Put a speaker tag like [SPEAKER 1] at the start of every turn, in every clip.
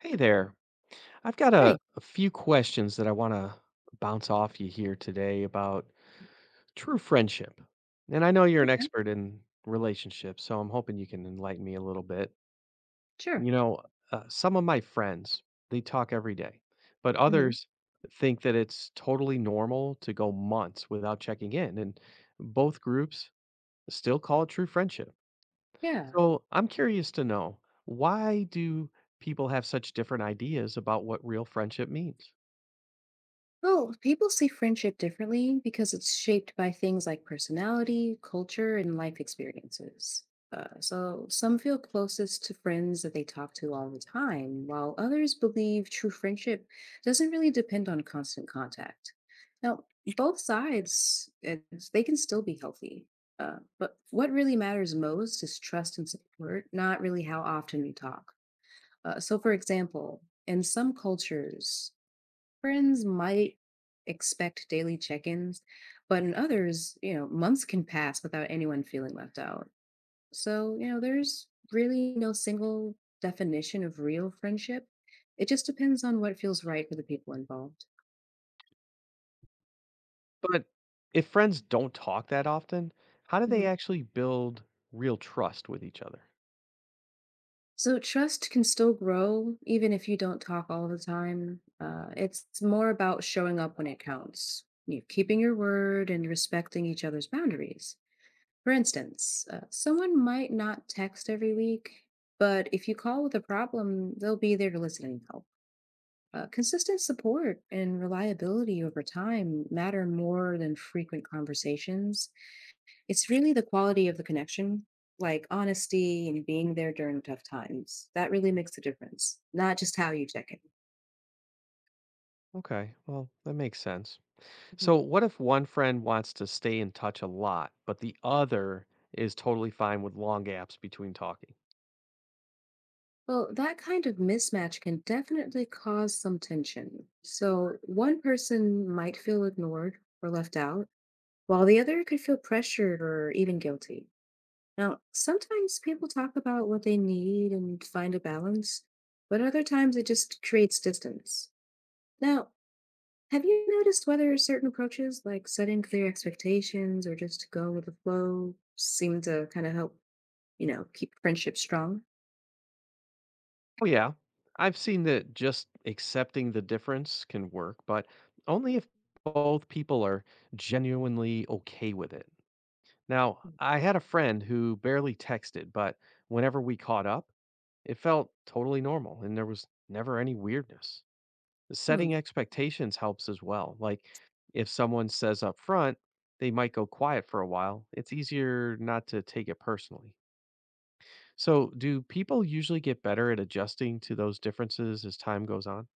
[SPEAKER 1] Hey there. I've got a,
[SPEAKER 2] Hey,
[SPEAKER 1] a few questions that I want to bounce off you here today about true friendship. And I know you're an
[SPEAKER 2] okay,
[SPEAKER 1] expert in relationships, so I'm hoping you can enlighten me a little bit.
[SPEAKER 2] sure.
[SPEAKER 1] You know, some of my friends, they talk every day, but
[SPEAKER 2] Hmm.
[SPEAKER 1] others think that it's totally normal to go months without checking in. And both groups still call it true friendship.
[SPEAKER 2] Yeah.
[SPEAKER 1] So I'm curious to know why do people have such different ideas about what real friendship means?
[SPEAKER 2] Well, people see friendship differently because it's shaped by things like personality, culture, and life experiences. So, some feel closest to friends that they talk to all the time, while others believe true friendship doesn't really depend on constant contact. Now, both sides, they can still be healthy. But what really matters most is trust and support, not really how often we talk. So, for example, in some cultures, friends might expect daily check ins, but in others, you know, months can pass without anyone feeling left out. So, you know, there's really no single definition of real friendship. It just depends on what feels right for the people involved.
[SPEAKER 1] But if friends don't talk that often, how do they
[SPEAKER 2] Mhm.
[SPEAKER 1] actually build real trust with each other?
[SPEAKER 2] So, trust can still grow even if you don't talk all the time. It's more about showing up when it counts, you know, keeping your word and respecting each other's boundaries. For instance, someone might not text every week, but if you call with a problem, they'll be there to listen and help. Consistent support and reliability over time matter more than frequent conversations. It's really the quality of the connection, like honesty and being there during tough times. That really makes a difference, not just how you check in.
[SPEAKER 1] Okay, well, that makes sense.
[SPEAKER 2] Mhm.
[SPEAKER 1] So, what if one friend wants to stay in touch a lot, but the other is totally fine with long gaps between talking?
[SPEAKER 2] Well, that kind of mismatch can definitely cause some tension. So, one person might feel ignored or left out while the other could feel pressured or even guilty. Now, sometimes people talk about what they need and find a balance, but other times it just creates distance. Now, have you noticed whether certain approaches, like setting clear expectations or just go with the flow, seem to kind of help, you know, keep friendship strong?
[SPEAKER 1] Oh, yeah. I've seen that just accepting the difference can work, but only if both people are genuinely okay with it. Now, I had a friend who barely texted, but whenever we caught up, it felt totally normal and there was never any weirdness. Setting
[SPEAKER 2] Hmm.
[SPEAKER 1] expectations helps as well. Like if someone says up front, they might go quiet for a while. It's easier not to take it personally. So, do people usually get better at adjusting to those differences as time goes on?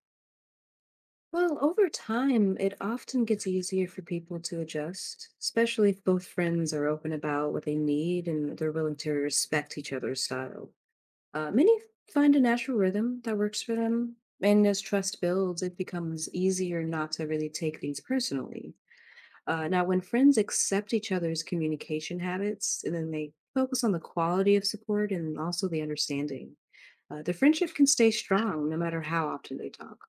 [SPEAKER 2] Well, over time, it often gets easier for people to adjust, especially if both friends are open about what they need and they're willing to respect each other's style. Many find a natural rhythm that works for them, and as trust builds, it becomes easier not to really take things personally. Now, when friends accept each other's communication habits, and then they focus on the quality of support and also the understanding, the friendship can stay strong no matter how often they talk.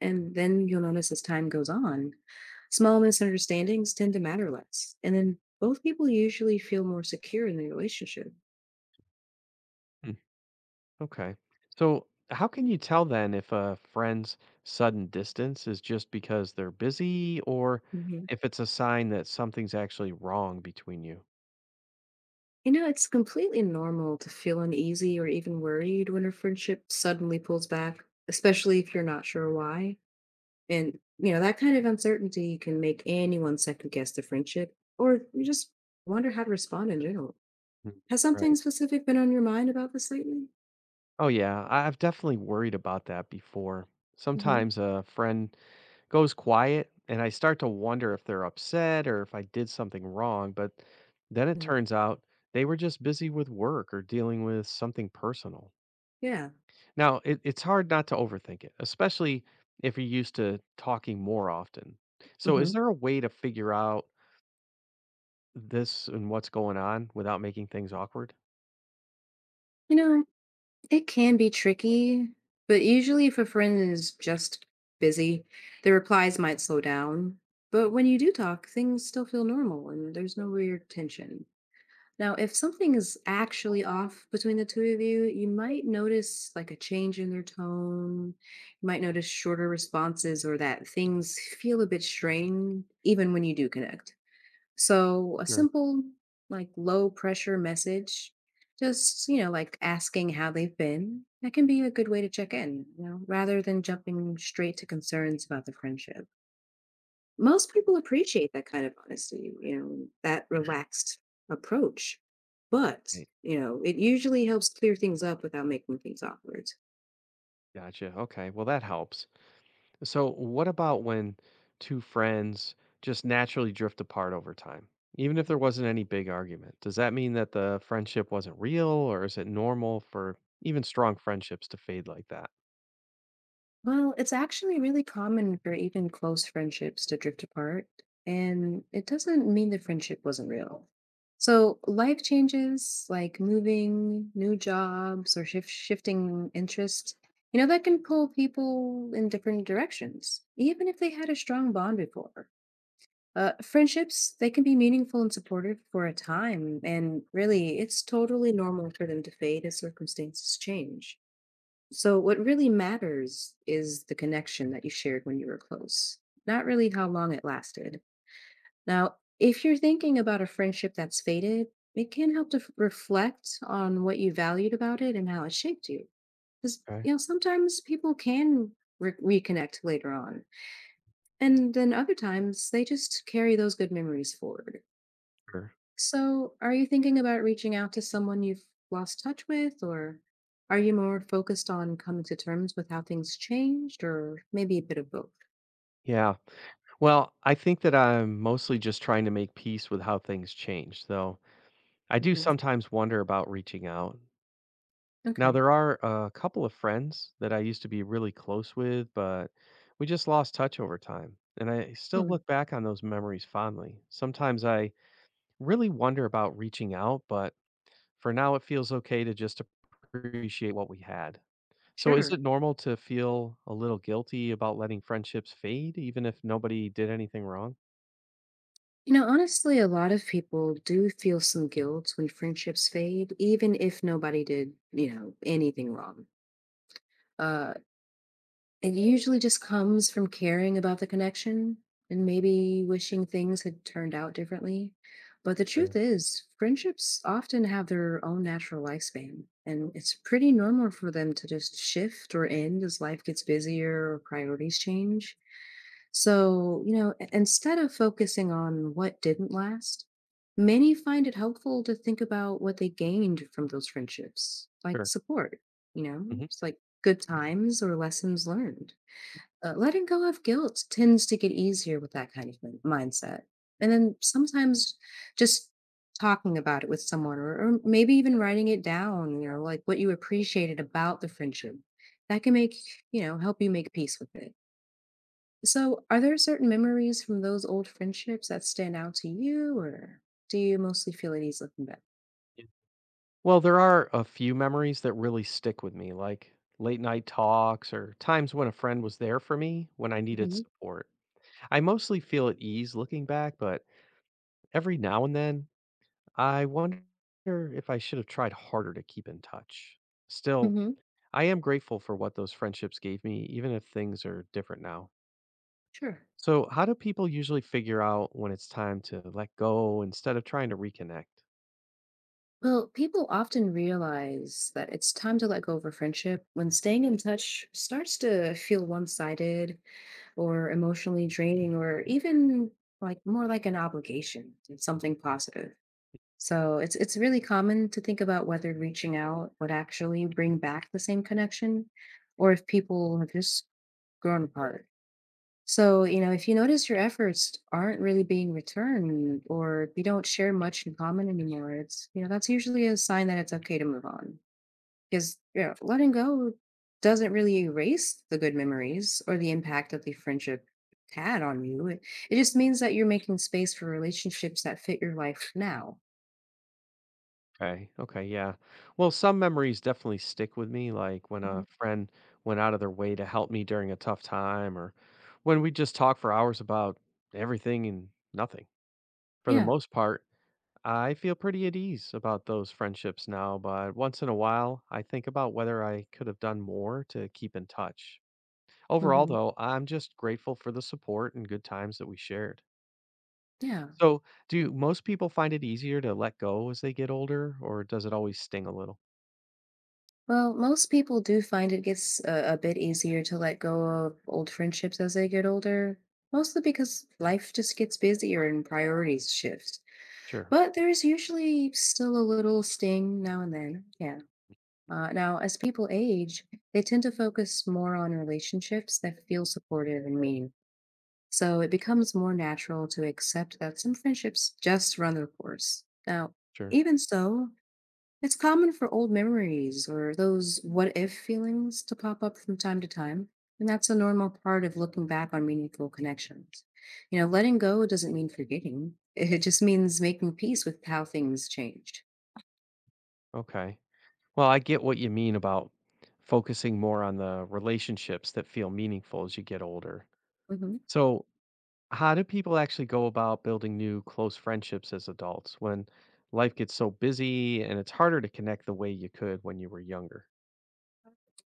[SPEAKER 2] And then you'll notice as time goes on, small misunderstandings tend to matter less, and then both people usually feel more secure in the relationship.
[SPEAKER 1] Okay. So, how can you tell then if a friend's sudden distance is just because they're busy or
[SPEAKER 2] Mm-hmm.
[SPEAKER 1] if it's a sign that something's actually wrong between you?
[SPEAKER 2] You know, it's completely normal to feel uneasy or even worried when a friendship suddenly pulls back, especially if you're not sure why. And, you know, that kind of uncertainty can make anyone second guess the friendship or you just wonder how to respond in general.
[SPEAKER 1] Mm.
[SPEAKER 2] Has something
[SPEAKER 1] Right.
[SPEAKER 2] specific been on your mind about this lately?
[SPEAKER 1] Oh, yeah. I've definitely worried about that before.
[SPEAKER 2] Hmm.
[SPEAKER 1] Sometimes a friend goes quiet and I start to wonder if they're upset or if I did something wrong. But then it
[SPEAKER 2] Or-
[SPEAKER 1] turns out they were just busy with work or dealing with something personal.
[SPEAKER 2] Yeah.
[SPEAKER 1] Now, it's hard not to overthink it, especially if you're used to talking more often. So,
[SPEAKER 2] Hmm.
[SPEAKER 1] is there a way to figure out this and what's going on without making things awkward?
[SPEAKER 2] You know, it can be tricky, but usually if a friend is just busy, their replies might slow down. But when you do talk, things still feel normal and there's no weird tension. Now, if something is actually off between the two of you, you might notice like a change in their tone. You might notice shorter responses or that things feel a bit strained, even when you do connect. So a
[SPEAKER 1] Sure.
[SPEAKER 2] simple, like low pressure message, just, you know, like asking how they've been, that can be a good way to check in, you know, rather than jumping straight to concerns about the friendship. Most people appreciate that kind of honesty, you know, that mhm, relaxed approach. But,
[SPEAKER 1] Right.
[SPEAKER 2] you know, it usually helps clear things up without making things awkward.
[SPEAKER 1] Gotcha. Okay. Well, that helps. So, what about when two friends just naturally drift apart over time? Even if there wasn't any big argument, does that mean that the friendship wasn't real or is it normal for even strong friendships to fade like that?
[SPEAKER 2] Well, it's actually really common for even close friendships to drift apart, and it doesn't mean the friendship wasn't real. So, life changes like moving, new jobs, or shifting interests, you know, that can pull people in different directions, even if they had a strong bond before. Friendships, they can be meaningful and supportive for a time, and really, it's totally normal for them to fade as circumstances change. So, what really matters is the connection that you shared when you were close, not really how long it lasted. Now, if you're thinking about a friendship that's faded, it can help to reflect on what you valued about it and how it shaped you. Because,
[SPEAKER 1] Okay.
[SPEAKER 2] you know, sometimes people can reconnect later on, and then other times they just carry those good memories forward.
[SPEAKER 1] Sure.
[SPEAKER 2] So, are you thinking about reaching out to someone you've lost touch with, or are you more focused on coming to terms with how things changed, or maybe a bit of both?
[SPEAKER 1] Yeah. Well, I think that I'm mostly just trying to make peace with how things change, though I do
[SPEAKER 2] Mhm.
[SPEAKER 1] sometimes wonder about reaching out. Now,
[SPEAKER 2] Okay.
[SPEAKER 1] there are a couple of friends that I used to be really close with, but we just lost touch over time. And I still
[SPEAKER 2] Hmm.
[SPEAKER 1] look back on those memories fondly. Sometimes I really wonder about reaching out, but for now, it feels okay to just appreciate what we had. So is
[SPEAKER 2] Sure.
[SPEAKER 1] it normal to feel a little guilty about letting friendships fade even if nobody did anything wrong?
[SPEAKER 2] You know, honestly, a lot of people do feel some guilt when friendships fade, even if nobody did, you know, anything wrong. Uh, It usually just comes from caring about the connection and maybe wishing things had turned out differently. But the
[SPEAKER 1] Sure,
[SPEAKER 2] truth is, friendships often have their own natural lifespan, and it's pretty normal for them to just shift or end as life gets busier or priorities change. So, you know, instead of focusing on what didn't last, many find it helpful to think about what they gained from those friendships, like
[SPEAKER 1] sure.
[SPEAKER 2] support, you know,
[SPEAKER 1] Mhm.
[SPEAKER 2] it's like good times or lessons learned. Letting go of guilt tends to get easier with that kind of mindset. And then sometimes just talking about it with someone or maybe even writing it down, you know, like what you appreciated about the friendship. That can make, you know, help you make peace with it. So, are there certain memories from those old friendships that stand out to you, or do you mostly feel at ease looking back?
[SPEAKER 1] Yeah. Well, there are a few memories that really stick with me, like late night talks or times when a friend was there for me when I needed
[SPEAKER 2] Hmm.
[SPEAKER 1] support. I mostly feel at ease looking back, but every now and then I wonder if I should have tried harder to keep in touch. Still,
[SPEAKER 2] Hmm.
[SPEAKER 1] I am grateful for what those friendships gave me, even if things are different now.
[SPEAKER 2] Sure.
[SPEAKER 1] So, how do people usually figure out when it's time to let go instead of trying to reconnect?
[SPEAKER 2] Well, people often realize that it's time to let go of a friendship when staying in touch starts to feel one sided or emotionally draining or even like more like an obligation than something positive. So it's really common to think about whether reaching out would actually bring back the same connection or if people have just grown apart. So, you know, if you notice your efforts aren't really being returned or if you don't share much in common anymore, it's, you know, that's usually a sign that it's okay to move on. Because, you know, letting go doesn't really erase the good memories or the impact that the friendship had on you. It just means that you're making space for relationships that fit your life now.
[SPEAKER 1] Okay. Okay. Yeah. Well, some memories definitely stick with me, like when
[SPEAKER 2] Mhm.
[SPEAKER 1] a friend went out of their way to help me during a tough time, or when we just talked for hours about everything and nothing. For the
[SPEAKER 2] Yeah.
[SPEAKER 1] most part, I feel pretty at ease about those friendships now, but once in a while, I think about whether I could have done more to keep in touch. Overall,
[SPEAKER 2] Hmm.
[SPEAKER 1] though, I'm just grateful for the support and good times that we shared.
[SPEAKER 2] Yeah.
[SPEAKER 1] So, do most people find it easier to let go as they get older, or does it always sting a little?
[SPEAKER 2] Well, most people do find it gets a bit easier to let go of old friendships as they get older, mostly because life just gets busier and priorities shift.
[SPEAKER 1] Sure.
[SPEAKER 2] But there's usually still a little sting now and then. Yeah. Now, as people age, they tend to focus more on relationships that feel supportive and meaningful. So it becomes more natural to accept that some friendships just run their course. Now,
[SPEAKER 1] Sure.
[SPEAKER 2] even so, it's common for old memories or those what if feelings to pop up from time to time. And that's a normal part of looking back on meaningful connections. You know, letting go doesn't mean forgetting, it just means making peace with how things changed.
[SPEAKER 1] Okay. Well, I get what you mean about focusing more on the relationships that feel meaningful as you get older.
[SPEAKER 2] Hmm.
[SPEAKER 1] So, how do people actually go about building new close friendships as adults when life gets so busy and it's harder to connect the way you could when you were younger?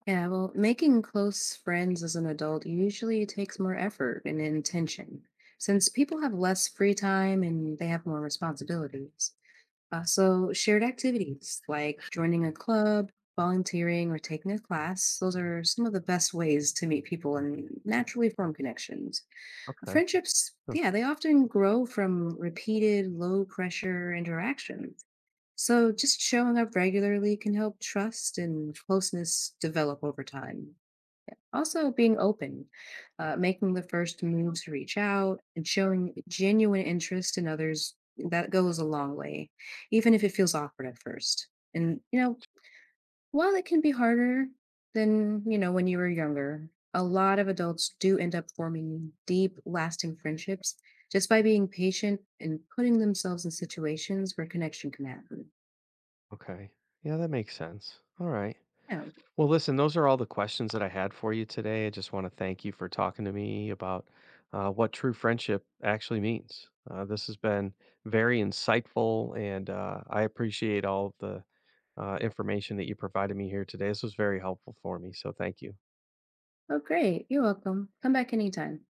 [SPEAKER 2] Yeah, well, making close friends as an adult usually takes more effort and intention since people have less free time and they have more responsibilities. Also, shared activities like joining a club, volunteering, or taking a class, those are some of the best ways to meet people and naturally form connections.
[SPEAKER 1] Okay.
[SPEAKER 2] Friendships,
[SPEAKER 1] Huh.
[SPEAKER 2] yeah, they often grow from repeated low pressure interactions. So, just showing up regularly can help trust and closeness develop over time. Also, being open, making the first move to reach out, and showing genuine interest in others, that goes a long way, even if it feels awkward at first. And, you know, while it can be harder than, you know, when you were younger, a lot of adults do end up forming deep, lasting friendships just by being patient and putting themselves in situations where connection can happen.
[SPEAKER 1] Okay. Yeah, that makes sense. All right.
[SPEAKER 2] Yeah.
[SPEAKER 1] Well, listen, those are all the questions that I had for you today. I just want to thank you for talking to me about what true friendship actually means. This has been very insightful, and I appreciate all of the information that you provided me here today. This was very helpful for me. So, thank you.
[SPEAKER 2] Oh, great. You're welcome. Come back anytime.